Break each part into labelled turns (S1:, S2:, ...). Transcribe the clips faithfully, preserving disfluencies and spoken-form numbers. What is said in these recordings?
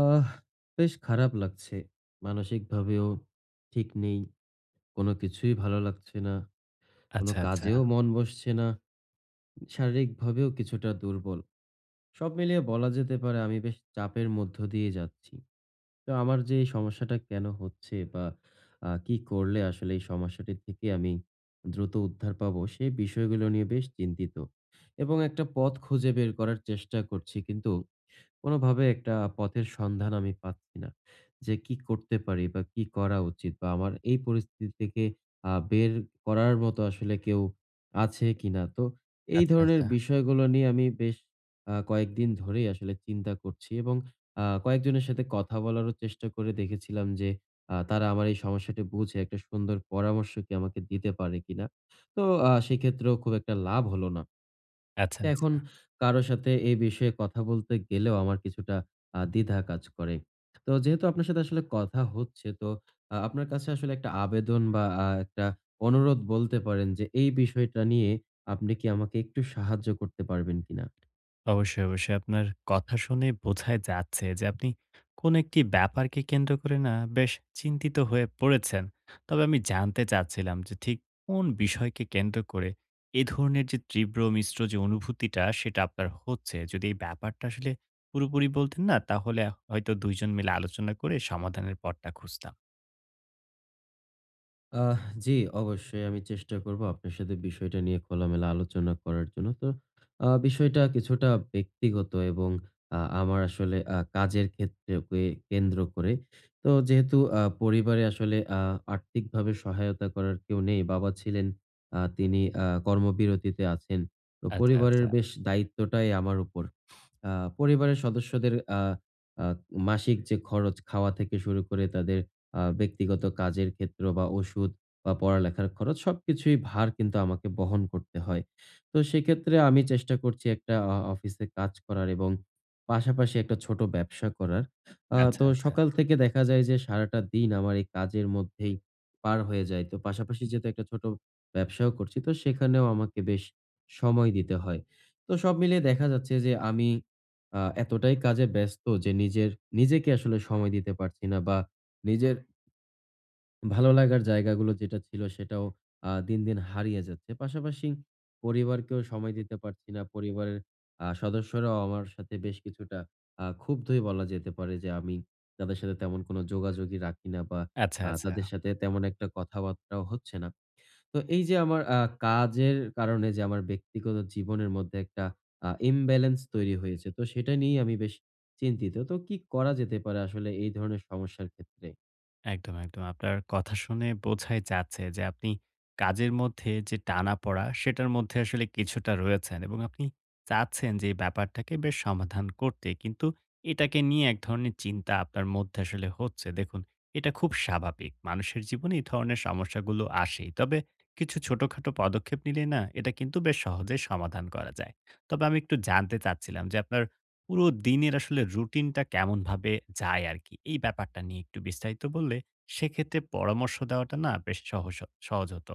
S1: আহ বেশ খারাপ লাগছে। মানসিকভাবেও ঠিক নেই। কোনো কিছুই ভালো লাগছে না। কোনো
S2: আচ্ছা, আচ্ছা,
S1: কাজেও মন বসছে না। শারীরিকভাবেও কিছুটা দুর্বল। সব মিলিয়ে বলা যেতে পারে আমি বেশ চাপের মধ্য দিয়ে যাচ্ছি। তো আমার যে এই সমস্যাটা কেন হচ্ছে বা আ কি করলে আসলে এই সমস্যাটি থেকে আমি দ্রুত উদ্ধার পাবো সে বিষয়গুলো নিয়ে বেশ চিন্তিত, এবং একটা পথ খুঁজে বের করার চেষ্টা করছি, কিন্তু কোনোভাবে একটা পথের সন্ধান আমি পাচ্ছি না। যে কি করতে পারি বা কি করা উচিত বা আমার এই পরিস্থিতি থেকে আ বের করার মতো আসলে কেউ আছে কিনা? তো এই
S2: আচ্ছা,
S1: ধরনের
S2: আচ্ছা,
S1: বিষয়গুলো নিয়ে আমি বেশ আ কয়েকদিন ধরেই আসলে চিন্তা করছি, এবং আ কয়েকজনের সাথে কথা বলারও চেষ্টা করে দেখেছিলাম যে আ তারা আমার এই সমস্যাটি বুঝে একটা সুন্দর পরামর্শ কি আমাকে দিতে পারে কিনা? তো আ সেক্ষেত্রেও খুব একটা লাভ হলো না।
S2: আচ্ছা,
S1: তো এখন
S2: আচ্ছা।
S1: কারো সাথে এই বিষয়ে কথা বলতে গেলেও আমার কিছুটা আ দ্বিধা কাজ করে। তো যেহেতু আপনার সাথে আসলে কথা হচ্ছে, তো আ আপনার কাছে আসলে একটা আবেদন বা আ একটা অনুরোধ বলতে পারেন যে এই বিষয়টা নিয়ে আপনি কি আমাকে একটু সাহায্য করতে পারবেন কিনা?
S2: অবশ্যই, অবশ্যই আপনার কথা শুনে বোঝাই যাচ্ছে যে আপনি কোন একটি ব্যাপারকে কেন্দ্র করে না বেশ চিন্তিত হয়ে পড়েছেন। তবে আমি জানতে চাচ্ছিলাম যে ঠিক কোন বিষয়কে কেন্দ্র করে এ ধরনের যে তীব্র মিশ্র যে অনুভূতিটা সেটা আপনার হচ্ছে। যদি এই ব্যাপারটা আসলে পুরোপুরি বলতেন না তাহলে হয়তো দুই জন মিলে আলোচনা করে সমাধানের পথটা খুঁজতাম।
S1: আহ জি, অবশ্যই আমি চেষ্টা করব আপনার সাথে বিষয়টা নিয়ে খোলামেলা আলোচনা করার জন্য। তো আ বিষয়টা কিছুটা ব্যক্তিগত, এবং আ আমার আসলে আ কাজের ক্ষেত্রকে কেন্দ্র করে। তো যেহেতু আ পরিবারে আসলে আ আর্থিকভাবে সহায়তা করার কেউ নেই। বাবা ছিলেন, আ তিনি আ কর্মবিরতিতে আছেন। তো
S2: আচ্ছা,
S1: পরিবারের
S2: আচ্ছা,
S1: বেশ দায়িত্বটাই আমার উপর। আ পরিবারের সদস্যদের আ আ মাসিক যে খরচ, খাওয়া থেকে শুরু করে তাদের আ ব্যক্তিগত কাজের ক্ষেত্র বা ওষুধ বা পড়ালেখার খরচ সবকিছুই ভার কিন্তু আমাকে বহন করতে হয়। তো সেক্ষেত্রে আমি চেষ্টা করছি একটা আ অফিসে কাজ করার, এবং পাশাপাশি একটা ছোট ব্যবসা করার। আ
S2: আচ্ছা,
S1: তো
S2: আচ্ছা,
S1: সকাল থেকে দেখা যায় যে সারাটা দিন আমার এই কাজের মধ্যেই পার হয়ে যায়। তো পাশাপাশি যেহেতু একটা ছোট ব্যবসাও করছি, তো সেখানেও আমাকে বেশ সময় দিতে হয়। তো সব মিলিয়ে দেখা যাচ্ছে যে আমি আ এতটাই কাজে ব্যস্ত যে নিজের নিজেকে আসলে সময় দিতে পারছি না, বা নিজের ভালো লাগার জায়গাগুলো যেটা ছিল সেটাও আ দিন, দিন হারিয়ে যাচ্ছে। পাশাপাশি পরিবারকেও সময় দিতে পারছি না। পরিবারের আ সদস্যরাও আমার সাথে বেশ কিছুটা আ ক্ষুব্ধই বলা যেতে পারে যে আমি তাদের সাথে তেমন কোনো যোগাযোগই রাখি না, বা
S2: আচ্ছা,
S1: আ
S2: আচ্ছা।
S1: তাদের সাথে তেমন একটা কথাবার্তাও হচ্ছে না। তো এই যে আমার আ কাজের কারণে যে আমার ব্যক্তিগত জীবনের মধ্যে একটা আ ইমব্যালেন্স তৈরি হয়েছে, তো সেটা নিয়েই আমি বেশ চিন্তিত। তো কি করা যেতে পারে আসলে এই ধরনের সমস্যার ক্ষেত্রে?
S2: একদম, একদম। আপনার কথা শুনে বোঝাই যাচ্ছে যে আপনি কাজের মধ্যে যে টানাপড়া সেটার মধ্যে আসলে কিছুটা রয়েছেন এবং আপনি চাচ্ছেন যে এই ব্যাপারটাকে বেশ সমাধান করতে। কিন্তু এটাকে নিয়ে এক ধরনের চিন্তা আপনার মধ্যে আসলে হচ্ছে। দেখুন এটা খুব স্বাভাবিক। মানুষের জীবনে এই ধরনের সমস্যাগুলো আসেই। তবে কিছু ছোটখাটো পদক্ষেপ নিলে না এটা কিন্তু বেশ সহজেই সমাধান করা যায়। তবে আমি একটু জানতে চাচ্ছিলাম যে আপনার পুরো দিনের আসলে রুটিনটা কেমনভাবে যায় আরকি? এই ব্যাপারটা নিয়ে একটু বিস্তারিত বললে সেক্ষেত্রে পরামর্শ দেওয়াটা না বেশ সহজ হ সহজ হতো।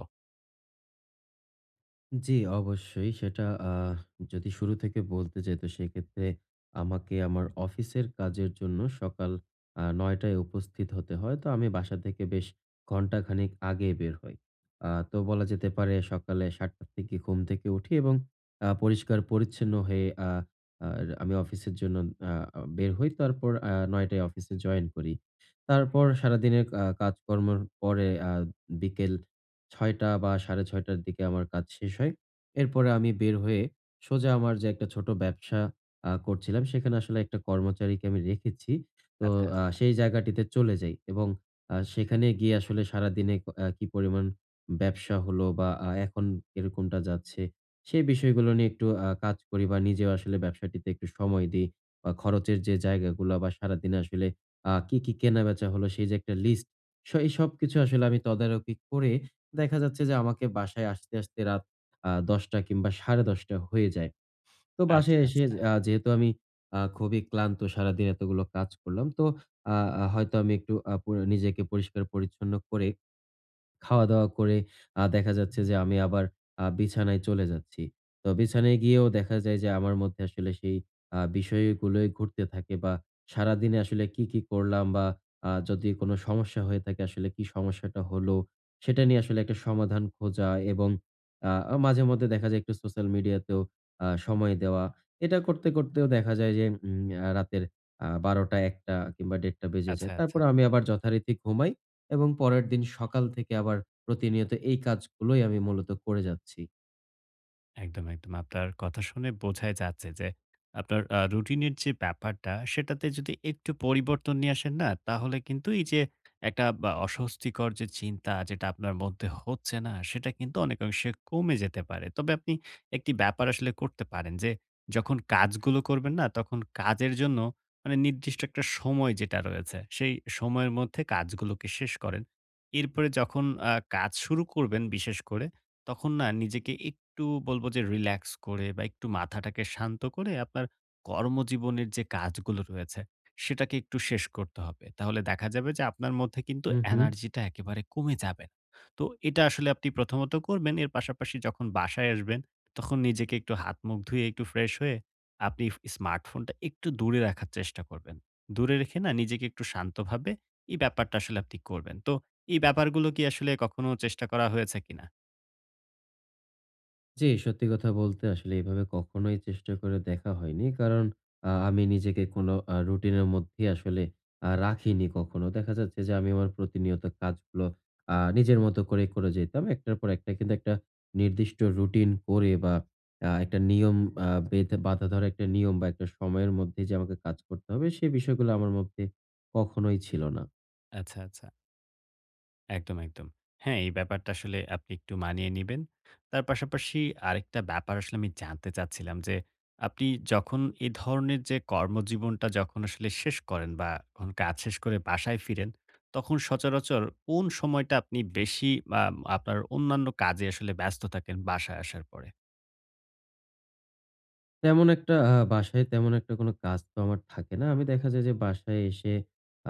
S1: জি, অবশ্যই। সেটা, আ যদি শুরু থেকে বলতে যাই তো সেক্ষেত্রে আমাকে আমার অফিসের কাজের জন্য সকাল আ নয় টায় উপস্থিত হতে হয়। তো আমি বাসা থেকে বেশ ঘন্টা খানেক আগে বের হই। আ তো বলা যেতে পারে সকালে সাত টার থেকে ঘুম থেকে উঠি, এবং আ পরিষ্কার-পরিচ্ছন্ন হয়ে আ আর আমি অফিসের জন্য আ আ বের হই। তারপর আ নয় টায় অফিসে জয়েন করি। তারপর সারাদিনের আ কাজকর্মের পরে আ বিকেল ছয়টা বা সাড়ে ছয়টা র দিকে আমার কাজ শেষ হয়। এরপরে আমি বের হয়ে সোজা আমার যে একটা ছোট ব্যবসা আ করছিলাম সেখানে আসলে একটা কর্মচারীকে আমি রেখেছি। তো
S2: আচ্ছা,
S1: আ
S2: আচ্ছা।
S1: সেই জায়গাটিতে চলে যাই, এবং আ সেখানে গিয়ে আসলে সারাদিনে ক আ কি পরিমাণ ব্যবসা হলো বা আ এখন কিরকমটা যাচ্ছে সেই বিষয়গুলো নিয়ে একটু আ কাজ করি বা নিজেও আসলে ব্যবসাটিতে একটু সময় দিই, বা খরচের যে জায়গাগুলা বা সারাদিনে আসলে আ কি, কি কেনাবেচা হলো সেই যে একটা লিস্ট স এই সবকিছু আসলে আমি তদারকি করে দেখা যাচ্ছে যে আমাকে বাসায় আসতে, আসতে রাত আ দশটা কিংবা সাড়ে দশটা হয়ে যায়। তো
S2: আচ্ছা,
S1: বাসায় এসে,
S2: আচ্ছা।
S1: আ যেহেতু আমি আ খুবই ক্লান্ত সারাদিন এতগুলো কাজ করলাম। তো আ আ হয়তো আমি একটু আ পুরা নিজেকে পরিষ্কার পরিচ্ছন্ন করে খাওয়া-দাওয়া করে আ দেখা যাচ্ছে যে আমি আবার আ বিছানায় চলে যাচ্ছি। তো বিছানায় গিয়েও দেখা যায় যে আমার মধ্যে আসলে সেই আ বিষয়গুলোই ঘুরতে থাকে, বা সারাদিনে আসলে কি, কি করলাম বা আ যদি কোনো সমস্যা হয়ে থাকে আসলে কি সমস্যাটা হলো? সেটা নিয়ে আসলে একটা সমাধান খোঁজা, এবং আ মাঝেমধ্যে দেখা যায় একটু সোশ্যাল মিডিয়াতেও আ সময় দেওয়া। এটা করতে, করতেও দেখা যায় যে উম আ রাতের আ বারোটা একটা কিংবা দেড়টা বেজে যায়।
S2: আচ্ছা, আচ্ছা।
S1: তারপরে আমি আবার যথারীতি ঘুমাই। এবং পরের দিন সকাল থেকে আবার প্রতিনিয়ত এই কাজগুলোই আমি মূলত করে যাচ্ছি।
S2: একদম, একদম। আপনার কথা শুনে বোঝাই যাচ্ছে যে আপনার আ রুটিনের যে ব্যাপারটা সেটাতে যদি একটু পরিবর্তন নিয়ে আসেন না, তাহলে কিন্তু এই যে একটা বা অস্বস্তিকর যে চিন্তা যেটা আপনার মধ্যে হচ্ছে না, সেটা কিন্তু অনেকাংশে কমে যেতে পারে। তবে আপনি একটি ব্যাপার আসলে করতে পারেন যে, যখন কাজগুলো করবেন না, তখন কাজের জন্য মানে নির্দিষ্ট একটা সময় যেটা রয়েছে, সেই সময়ের মধ্যে কাজগুলোকে শেষ করেন। এরপরে যখন আ কাজ শুরু করবেন বিশেষ করে তখন না নিজেকে একটু বলবো যে রিল্যাক্স করে বা একটু মাথাটাকে শান্ত করে আপনার কর্মজীবনের যে কাজগুলো রয়েছে সেটাকে একটু শেষ করতে হবে। তাহলে দেখা যাবে যে আপনার মধ্যে কিন্তু
S1: হুম, হুম।
S2: এনার্জিটা একেবারে কমে যাবে না। তো এটা আসলে আপনি প্রথমত করবেন। এর পাশাপাশি যখন বাসায় আসবেন তখন নিজেকে একটু হাত-মুখ ধুয়ে একটু ফ্রেশ হয়ে আপনি স্মার্টফোনটা একটু দূরে রাখার চেষ্টা করবেন। দূরে রেখে না নিজেকে একটু শান্তভাবে এই ব্যাপারটা আসলে আপনি করবেন। তো এই ব্যাপারগুলো কি আসলে কখনো চেষ্টা করা হয়েছে কিনা?
S1: জি, সত্যি কথা বলতে আসলে এভাবে কখনোই চেষ্টা করে দেখা হয়নি। কারণ আ আমি নিজেকে কোনো আ রুটিনের মধ্যে আসলে আ রাখিনি কখনো। দেখা যাচ্ছে যে আমি আমার প্রতিনিয়ত কাজগুলো আ নিজের মতো করে করে যেতাম। একটার পর একটা, কিন্তু একটা নির্দিষ্ট রুটিন করে বা আ একটা নিয়ম আ বেঁধে বাঁধা ধরা একটা নিয়ম বা একটা সময়ের মধ্যে যে আমাকে কাজ করতে হবে সে বিষয়গুলো আমার মধ্যে কখনোই ছিল না।
S2: আচ্ছা, আচ্ছা। একদম, একদম। হ্যাঁ, এই ব্যাপারটা আসলে আপনি একটু মানিয়ে নিবেন। তার পাশাপাশি আরেকটা ব্যাপার আসলে আমি জানতে চাচ্ছিলাম যে, আপনি যখন এ ধরনের যে কর্মজীবনটা যখন আসলে শেষ করেন বা যখন কাজ শেষ করে বাসায় ফিরেন, তখন সচরাচর কোন সময়টা আপনি বেশি আ আপনার অন্যান্য কাজে আসলে ব্যস্ত থাকেন বাসায় আসার পরে?
S1: তেমন একটা আ বাসায় তেমন একটা কোনো কাজ তো আমার থাকে না। আমি দেখা যায় যে বাসায় এসে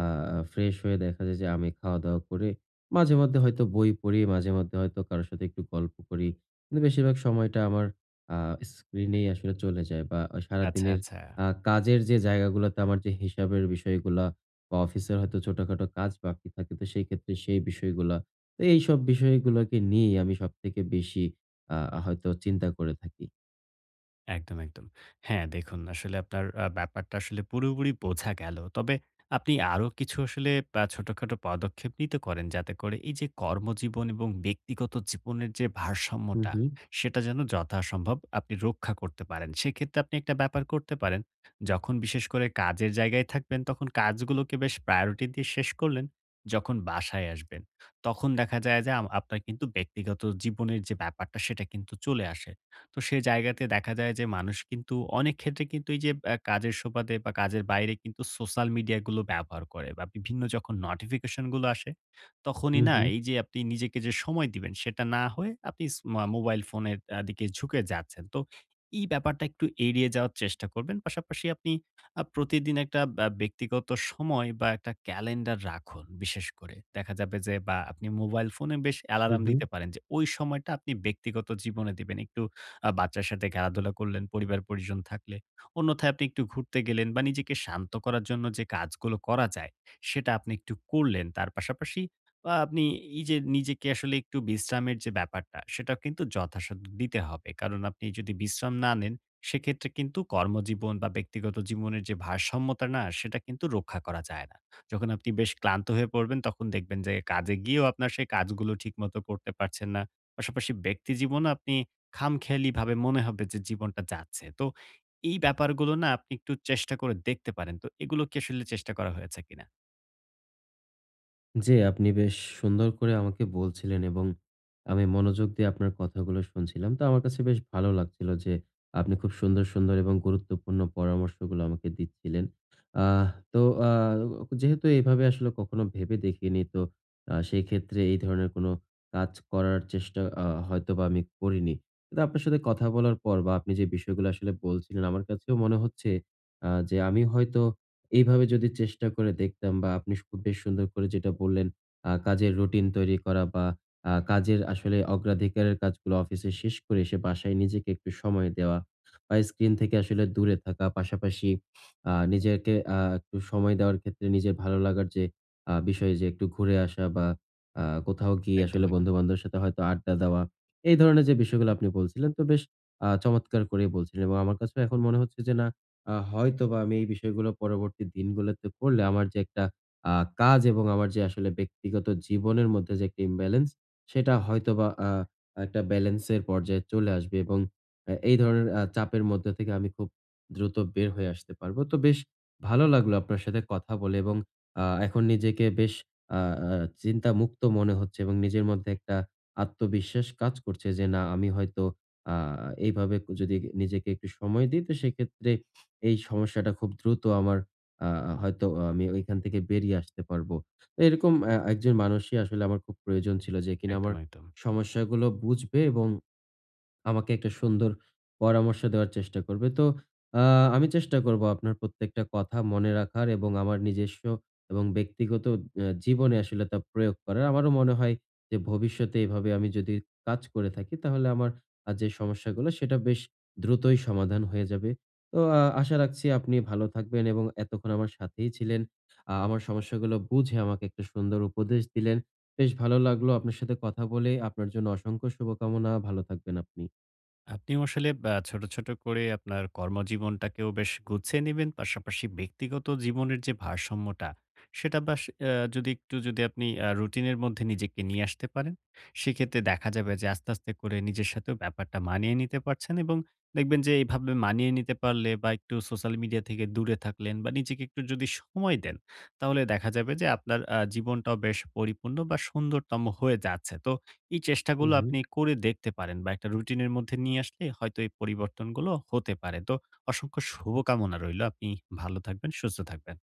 S1: আ ফ্রেশ হয়ে দেখা যায় যে আমি খাওয়া-দাওয়া করে মাঝে মধ্যে হয়তো বই পড়ি, মাঝে মধ্যে হয়তো কারো সাথে একটু গল্প করি। কিন্তু বেশিরভাগ সময়টা আমার আ স্ক্রিনেই আসলে চলে যায়, বা আ
S2: আচ্ছা,
S1: সারাদিনের
S2: আচ্ছা।
S1: আ কাজের যে জায়গাগুলোতে আমার যে হিসাবের বিষয়গুলা বা অফিসের হয়তো ছোটখাটো কাজ বাকি থাকে তো সেই ক্ষেত্রে সেই বিষয়গুলা। তো এইসব বিষয়গুলোকে নিয়েই আমি সবথেকে বেশি আ হয়তো চিন্তা করে থাকি।
S2: একদম, একদম। হ্যাঁ, দেখুন আসলে আপনার আ ব্যাপারটা আসলে পুরোপুরি বোঝা গেল। তবে আপনি আরো কিছু আসলে আ ছোটখাটো পদক্ষেপ নিতে করেন যাতে করে এই যে কর্মজীবন এবং ব্যক্তিগত জীবনের যে
S1: হু,
S2: ভারসাম্যটা,
S1: হু।
S2: সেটা যেন যথাসম্ভব আপনি রক্ষা করতে পারেন। সেক্ষেত্রে আপনি একটা ব্যাপার করতে পারেন। যখন বিশেষ করে কাজের জায়গায় থাকবেন তখন কাজগুলোকে বেশ প্রায়োরিটি দিয়ে শেষ করলেন। যখন বাসায় আসবেন তখন দেখা যায় যে আম আপনার কিন্তু ব্যক্তিগত জীবনের যে ব্যাপারটা সেটা কিন্তু চলে আসে। তো সে জায়গাতে দেখা যায় যে মানুষ কিন্তু অনেক ক্ষেত্রে কিন্তু এই যে আ কাজের সুবাদে বা কাজের বাইরে কিন্তু সোশ্যাল মিডিয়া গুলো ব্যবহার করে বা বিভিন্ন যখন নোটিফিকেশন গুলো আসে,
S1: হু,
S2: তখনই না
S1: হু।
S2: এই যে আপনি নিজেকে যে সময় দিবেন সেটা না হয়ে আপনি স মা মোবাইল ফোনের আ দিকে ঝুঁকে যাচ্ছেন। তো এই ব্যাপারটা একটু এড়িয়ে যাওয়ার চেষ্টা করবেন। পাশাপাশি আপনি আ প্রতিদিন একটা আ ব্যক্তিগত সময় বা একটা ক্যালেন্ডার রাখুন বিশেষ করে। দেখা যাবে যে বা আপনি মোবাইল ফোনে বেশ
S1: হুম,
S2: অ্যালার্ম
S1: হুম।
S2: দিতে পারেন যে ওই সময়টা আপনি ব্যক্তিগত জীবনে দিবেন। একটু আ বাচ্চার সাথে খেলাধুলা করলেন, পরিবার-পরিজন থাকলে। অন্যথায় আপনি একটু ঘুরতে গেলেন বা নিজেকে শান্ত করার জন্য যে কাজগুলো করা যায়, সেটা আপনি একটু করলেন। তার পাশাপাশি আ আপনি এই যে নিজেকে আসলে একটু বিশ্রামের যে ব্যাপারটা, সেটাও কিন্তু যথাসাধ্য দিতে হবে। কারণ আপনি যদি বিশ্রাম না নেন, সেক্ষেত্রে কিন্তু কর্মজীবন বা ব্যক্তিগত জীবনের যে ভারসাম্যতা না, সেটা কিন্তু রক্ষা করা যায় না। যখন আপনি বেশ ক্লান্ত হয়ে পড়বেন, তখন দেখবেন যে কাজে গিয়েও আপনার সেই কাজগুলো ঠিকমতো করতে পারছেন না। পাশাপাশি ব্যক্তি জীবনও আপনি খামখেয়ালিভাবে মনে হবে যে জীবনটা যাচ্ছে। তো এই ব্যাপারগুলো না আপনি একটু চেষ্টা করে দেখতে পারেন। তো এগুলো কি আসলে চেষ্টা করা হয়েছে কিনা?
S1: জি, আপনি বেশ সুন্দর করে আমাকে বলছিলেন, এবং আমি মনোযোগ দিয়ে আপনার কথাগুলো শুনছিলাম। তো আমার কাছে বেশ ভালো লাগছিল যে আপনি খুব সুন্দর, সুন্দর এবং গুরুত্বপূর্ণ পরামর্শগুলো আমাকে দিচ্ছিলেন। আহ তো, আ যেহেতু এভাবে আসলে কখনো ভেবে দেখিনি, তো আ সেই ক্ষেত্রে এই ধরনের কোন কাজ করার চেষ্টা আ হয়তোবা আমি করিনি। কিন্তু আপনার সাথে কথা বলার পর বা আপনি যে বিষয়গুলো আসলে বলছিলেন, আমার কাছেও মনে হচ্ছে আ যে আমি হয়তো এইভাবে যদি চেষ্টা করে দেখতাম বা আপনি খুব বেশ সুন্দর করে যেটা বললেন, আ কাজের রুটিন তৈরি করা বা আ কাজের আসলে অগ্রাধিকারের কাজগুলো অফিসে শেষ করে এসে বাসায় নিজেকে একটু সময় দেওয়া, বা স্ক্রিন থেকে আসলে দূরে থাকা। পাশাপাশি আ নিজেকে আ একটু সময় দেওয়ার ক্ষেত্রে নিজের ভালো লাগার যে আ বিষয় যে একটু ঘুরে আসা বা আ কোথাও গিয়ে
S2: একদম,
S1: আসলে
S2: একদম।
S1: বন্ধু-বান্ধবের সাথে হয়তো আড্ডা দেওয়া। এই ধরনের যে বিষয়গুলো আপনি বলছিলেন, তো বেশ আ চমৎকার করেই বলছিলেন, এবং আমার কাছেও এখন মনে হচ্ছে যে না, আ হয়তোবা আমি এই বিষয়গুলো পরবর্তী দিনগুলোতে করলে আমার যে একটা আ কাজ এবং আমার যে আসলে ব্যক্তিগত জীবনের মধ্যে যে একটা imbalance সেটা হয়তোবা আ একটা ব্যালেন্সের পর্যায়ে চলে আসবে, এবং আ এই ধরনের আ চাপের মধ্যে থেকে আমি খুব দ্রুত বের হয়ে আসতে পারবো। তো বেশ ভালো লাগলো আপনার সাথে কথা বলে, এবং আ এখন নিজেকে বেশ আ আ চিন্তামুক্ত মনে হচ্ছে, এবং নিজের মধ্যে একটা আত্মবিশ্বাস কাজ করছে যে না, আমি হয়তো আ এইভাবে যদি নিজেকে একটু সময় দিই তো সেক্ষেত্রে এই সমস্যাটা খুব দ্রুত আমার আ হয়তো আমি ওইখান থেকে বেরিয়ে আসতে পারবো। তো এরকম অ্যা একজন মানুষই আসলে আমার খুব প্রয়োজন ছিল যে কিনা আমার
S2: একদম, একদম।
S1: সমস্যাগুলো বুঝবে, এবং আমাকে একটা সুন্দর পরামর্শ দেওয়ার চেষ্টা করবে। তো আ আমি চেষ্টা করব আপনার প্রত্যেকটা কথা মনে রাখার এবং আমার নিজস্ব এবং ব্যক্তিগত অ্যা জীবনে আসলে তা প্রয়োগ করার। আমারও মনে হয় যে ভবিষ্যতে এভাবে আমি যদি কাজ করে থাকি তাহলে আমার আ যে সমস্যাগুলো সেটা বেশ দ্রুতই সমাধান হয়ে যাবে। তো আ আশা রাখছি আপনি ভালো থাকবেন, এবং এতক্ষণ আমার সাথেই ছিলেন। আ আমার সমস্যাগুলো বুঝে আমাকে একটা সুন্দর উপদেশ দিলেন। বেশ ভালো লাগলো আপনার সাথে কথা বলে। আপনার জন্য অসংখ্য শুভকামনা। ভালো থাকবেন আপনি।
S2: আপনিও আসলে আ ছোট, ছোট করে আপনার কর্মজীবনটাকেও বেশ গুছিয়ে নিবেন। পাশাপাশি ব্যক্তিগত জীবনের যে ভারসাম্যটা, সেটা বাস আ যদি একটু যদি আপনি আ রুটিনের মধ্যে নিজেকে নিয়ে আসতে পারেন, সেক্ষেত্রে দেখা যাবে যে আস্তে, আস্তে করে নিজের সাথেও ব্যাপারটা মানিয়ে নিতে পারছেন এবং দেখবেন যে এভাবে মানিয়ে নিতে পারলে বা একটু সোশ্যাল মিডিয়া থেকে দূরে থাকলেন বা নিজেকে একটু যদি সময় দেন, তাহলে দেখা যাবে যে আপনার আ জীবনটাও বেশ পরিপূর্ণ বা সুন্দরতম হয়ে যাচ্ছে। তো এই
S1: হু,
S2: চেষ্টাগুলো
S1: হু।
S2: আপনি করে দেখতে পারেন বা একটা রুটিনের মধ্যে নিয়ে আসলে হয়তো এই পরিবর্তনগুলো হতে পারে। তো অসংখ্য শুভকামনা রইলো। আপনি ভালো থাকবেন, সুস্থ থাকবেন।